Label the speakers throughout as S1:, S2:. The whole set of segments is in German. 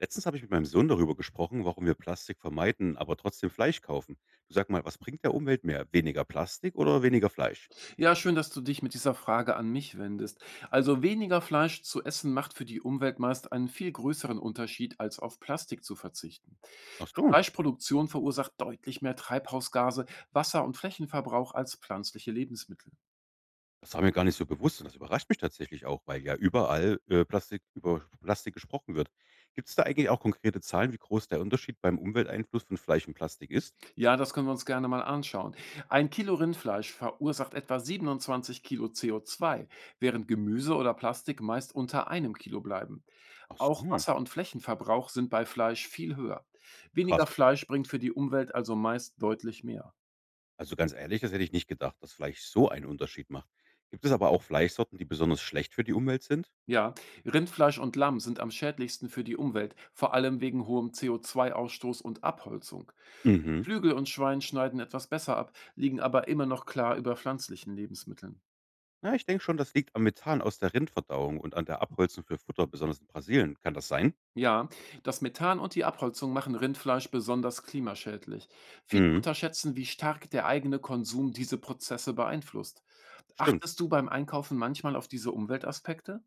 S1: Letztens habe ich mit meinem Sohn darüber gesprochen, warum wir Plastik vermeiden, aber trotzdem Fleisch kaufen. Du sag mal, was bringt der Umwelt mehr? Weniger Plastik oder weniger Fleisch?
S2: Ja, schön, dass du dich mit dieser Frage an mich wendest. Also weniger Fleisch zu essen macht für die Umwelt meist einen viel größeren Unterschied, als auf Plastik zu verzichten.
S1: Ach so,
S2: Fleischproduktion verursacht deutlich mehr Treibhausgase, Wasser und Flächenverbrauch als pflanzliche Lebensmittel.
S1: das war mir gar nicht so bewusst und das überrascht mich tatsächlich auch, weil ja überall Plastik, über Plastik gesprochen wird. Gibt es da eigentlich auch konkrete Zahlen, wie groß der Unterschied beim Umwelteinfluss von Fleisch und Plastik ist?
S2: Ja, das können wir uns gerne mal anschauen. Ein Kilo Rindfleisch verursacht etwa 27 Kilo CO2, während Gemüse oder Plastik meist unter einem Kilo bleiben.
S1: Ach
S2: Auch
S1: so,
S2: Wasser- und Flächenverbrauch sind bei Fleisch viel höher. Weniger
S1: krass.
S2: Fleisch bringt für die Umwelt also meist deutlich mehr.
S1: Also ganz ehrlich, das hätte ich nicht gedacht, dass Fleisch so einen Unterschied macht. Gibt es aber auch Fleischsorten, die besonders schlecht für die Umwelt sind?
S2: Ja, Rindfleisch und Lamm sind am schädlichsten für die Umwelt, vor allem wegen hohem CO2-Ausstoß und Abholzung.
S1: Mhm.
S2: Flügel und Schwein schneiden etwas besser ab, liegen aber immer noch klar über pflanzlichen Lebensmitteln.
S1: Na, ich denke schon, das liegt am Methan aus der Rindverdauung und an der Abholzung für Futter, besonders in Brasilien. Kann das sein?
S2: Ja, das Methan und die Abholzung machen Rindfleisch besonders klimaschädlich. Viele
S1: Mhm,
S2: unterschätzen, wie stark der eigene Konsum diese Prozesse beeinflusst.
S1: stimmt.
S2: Achtest du beim Einkaufen manchmal auf diese Umweltaspekte?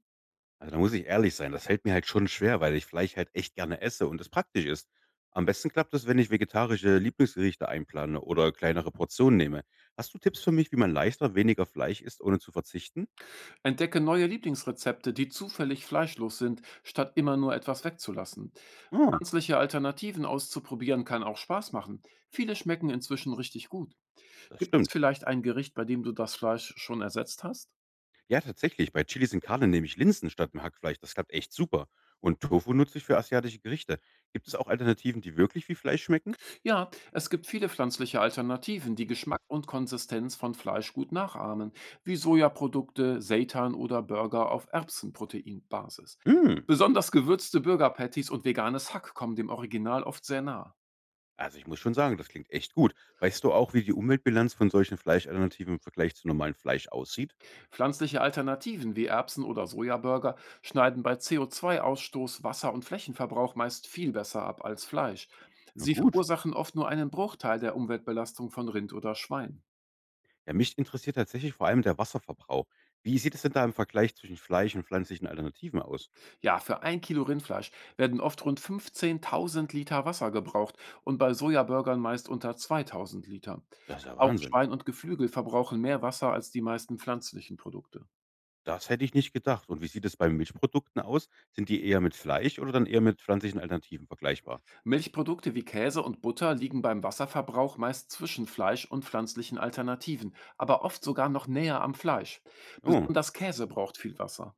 S1: Also da muss ich ehrlich sein, das fällt mir halt schon schwer, weil ich Fleisch halt echt gerne esse und es praktisch ist. Am besten klappt es, wenn ich vegetarische Lieblingsgerichte einplane oder kleinere Portionen nehme. Hast du Tipps für mich, wie man leichter weniger Fleisch isst, ohne zu verzichten?
S2: Entdecke neue Lieblingsrezepte, die zufällig fleischlos sind, statt immer nur etwas wegzulassen.
S1: Ah,
S2: Pflanzliche Alternativen auszuprobieren kann auch Spaß machen. Viele schmecken inzwischen richtig gut.
S1: das
S2: Gibt es
S1: stimmt.
S2: vielleicht ein Gericht, bei dem du das Fleisch schon ersetzt hast?
S1: Ja, tatsächlich. Bei Chilis in Karne nehme ich Linsen statt dem Hackfleisch. Das klappt echt super. Und Tofu nutze ich für asiatische Gerichte. Gibt es auch Alternativen, die wirklich wie Fleisch schmecken?
S2: Ja, es gibt viele pflanzliche Alternativen, die Geschmack und Konsistenz von Fleisch gut nachahmen, wie Sojaprodukte, Seitan oder Burger auf Erbsenproteinbasis.
S1: Hm.
S2: Besonders gewürzte Burger-Patties und veganes Hack kommen dem Original oft sehr nah.
S1: Also, ich muss schon sagen, das klingt echt gut. Weißt du auch, wie die Umweltbilanz von solchen Fleischalternativen im Vergleich zu normalem Fleisch aussieht?
S2: Pflanzliche Alternativen wie Erbsen- oder Sojaburger schneiden bei CO2-Ausstoß, Wasser- und Flächenverbrauch meist viel besser ab als Fleisch.
S1: Na
S2: Sie
S1: gut.
S2: verursachen oft nur einen Bruchteil der Umweltbelastung von Rind oder Schwein.
S1: Ja, mich interessiert tatsächlich vor allem der Wasserverbrauch. Wie sieht es denn da im Vergleich zwischen Fleisch und pflanzlichen Alternativen aus?
S2: Ja, für ein Kilo Rindfleisch werden oft rund 15.000 Liter Wasser gebraucht und bei Sojaburgern meist unter 2.000 Liter.
S1: Das ist ja
S2: Auch
S1: Wahnsinn.
S2: Schwein und Geflügel verbrauchen mehr Wasser als die meisten pflanzlichen Produkte.
S1: Das hätte ich nicht gedacht. Und wie sieht es bei Milchprodukten aus? Sind die eher mit Fleisch oder dann eher mit pflanzlichen Alternativen vergleichbar?
S2: Milchprodukte wie Käse und Butter liegen beim Wasserverbrauch meist zwischen Fleisch und pflanzlichen Alternativen, aber oft sogar noch näher am Fleisch.
S1: Oh,
S2: Besonders Käse braucht viel Wasser.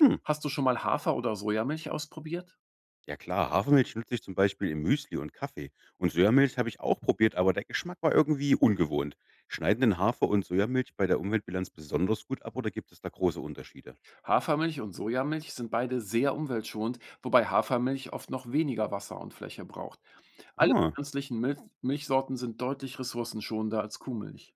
S1: hm.
S2: Hast du schon mal Hafer- oder Sojamilch ausprobiert?
S1: Ja klar, Hafermilch nutze ich zum Beispiel im Müsli und Kaffee. Und Sojamilch habe ich auch probiert, aber der Geschmack war irgendwie ungewohnt. Schneiden denn Hafer und Sojamilch bei der Umweltbilanz besonders gut ab oder gibt es da große Unterschiede?
S2: Hafermilch und Sojamilch sind beide sehr umweltschonend, wobei Hafermilch oft noch weniger Wasser und Fläche braucht. Alle
S1: Ah,
S2: pflanzlichen Milchsorten sind deutlich ressourcenschonender als Kuhmilch.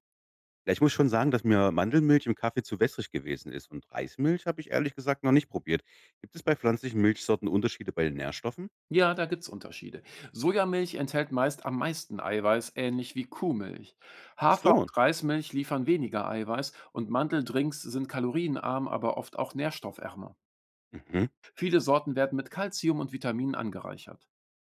S1: ja, ich muss schon sagen, dass mir Mandelmilch im Kaffee zu wässrig gewesen ist und Reismilch habe ich ehrlich gesagt noch nicht probiert. Gibt es bei pflanzlichen Milchsorten Unterschiede bei den Nährstoffen?
S2: Ja, da gibt's Unterschiede. Sojamilch enthält meist am meisten Eiweiß, ähnlich wie Kuhmilch.
S1: Ach
S2: Hafer-
S1: so.
S2: und Reismilch liefern weniger Eiweiß und Mandeldrinks sind kalorienarm, aber oft auch nährstoffärmer.
S1: Mhm.
S2: Viele Sorten werden mit Kalzium und Vitaminen angereichert.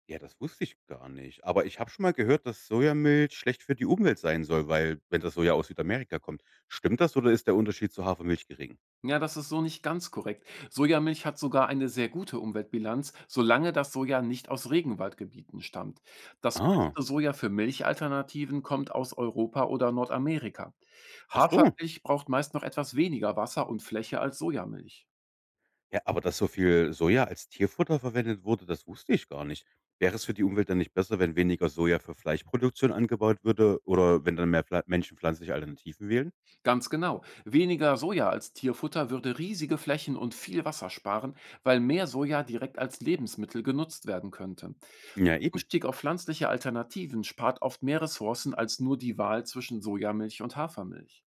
S1: Ja, das wusste ich gar nicht. Aber ich habe schon mal gehört, dass Sojamilch schlecht für die Umwelt sein soll, weil wenn das Soja aus Südamerika kommt. Stimmt das oder ist der Unterschied zu Hafermilch gering?
S2: Ja, das ist so nicht ganz korrekt. Sojamilch hat sogar eine sehr gute Umweltbilanz, solange das Soja nicht aus Regenwaldgebieten stammt. Das
S1: Ah,
S2: meiste Soja für Milchalternativen kommt aus Europa oder Nordamerika.
S1: ach so.
S2: Hafermilch braucht meist noch etwas weniger Wasser und Fläche als Sojamilch.
S1: Ja, aber dass so viel Soja als Tierfutter verwendet wurde, das wusste ich gar nicht. Wäre es für die Umwelt dann nicht besser, wenn weniger Soja für Fleischproduktion angebaut würde oder wenn dann mehr Pfla Menschen pflanzliche Alternativen wählen?
S2: Ganz genau. Weniger Soja als Tierfutter würde riesige Flächen und viel Wasser sparen, weil mehr Soja direkt als Lebensmittel genutzt werden könnte.
S1: Ja, eben.
S2: Umstieg auf pflanzliche Alternativen spart oft mehr Ressourcen als nur die Wahl zwischen Sojamilch und Hafermilch.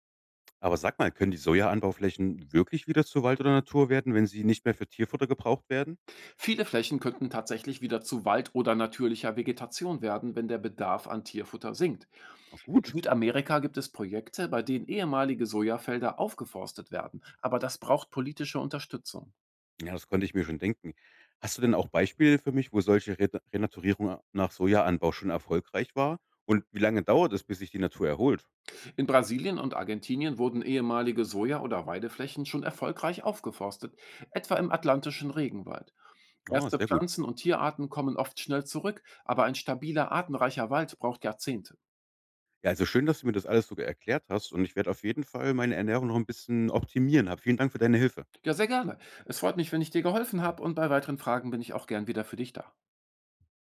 S1: Aber sag mal, können die Sojaanbauflächen wirklich wieder zu Wald oder Natur werden, wenn sie nicht mehr für Tierfutter gebraucht werden?
S2: Viele Flächen könnten tatsächlich wieder zu Wald oder natürlicher Vegetation werden, wenn der Bedarf an Tierfutter sinkt.
S1: Na
S2: In
S1: gut.
S2: Südamerika gibt es Projekte, bei denen ehemalige Sojafelder aufgeforstet werden, aber das braucht politische Unterstützung.
S1: Ja, das konnte ich mir schon denken. Hast du denn auch Beispiele für mich, wo solche Re Renaturierung nach Sojaanbau schon erfolgreich war? Und wie lange dauert es, bis sich die Natur erholt?
S2: In Brasilien und Argentinien wurden ehemalige Soja- oder Weideflächen schon erfolgreich aufgeforstet, etwa im atlantischen Regenwald.
S1: Ah,
S2: Erste
S1: sehr gut.
S2: Pflanzen und Tierarten kommen oft schnell zurück, aber ein stabiler, artenreicher Wald braucht Jahrzehnte.
S1: Ja, also schön, dass du mir das alles sogar erklärt hast und ich werde auf jeden Fall meine Ernährung noch ein bisschen optimieren. Hab vielen Dank für deine Hilfe.
S2: Ja, sehr gerne. Es freut mich, wenn ich dir geholfen habe und bei weiteren Fragen bin ich auch gern wieder für dich da.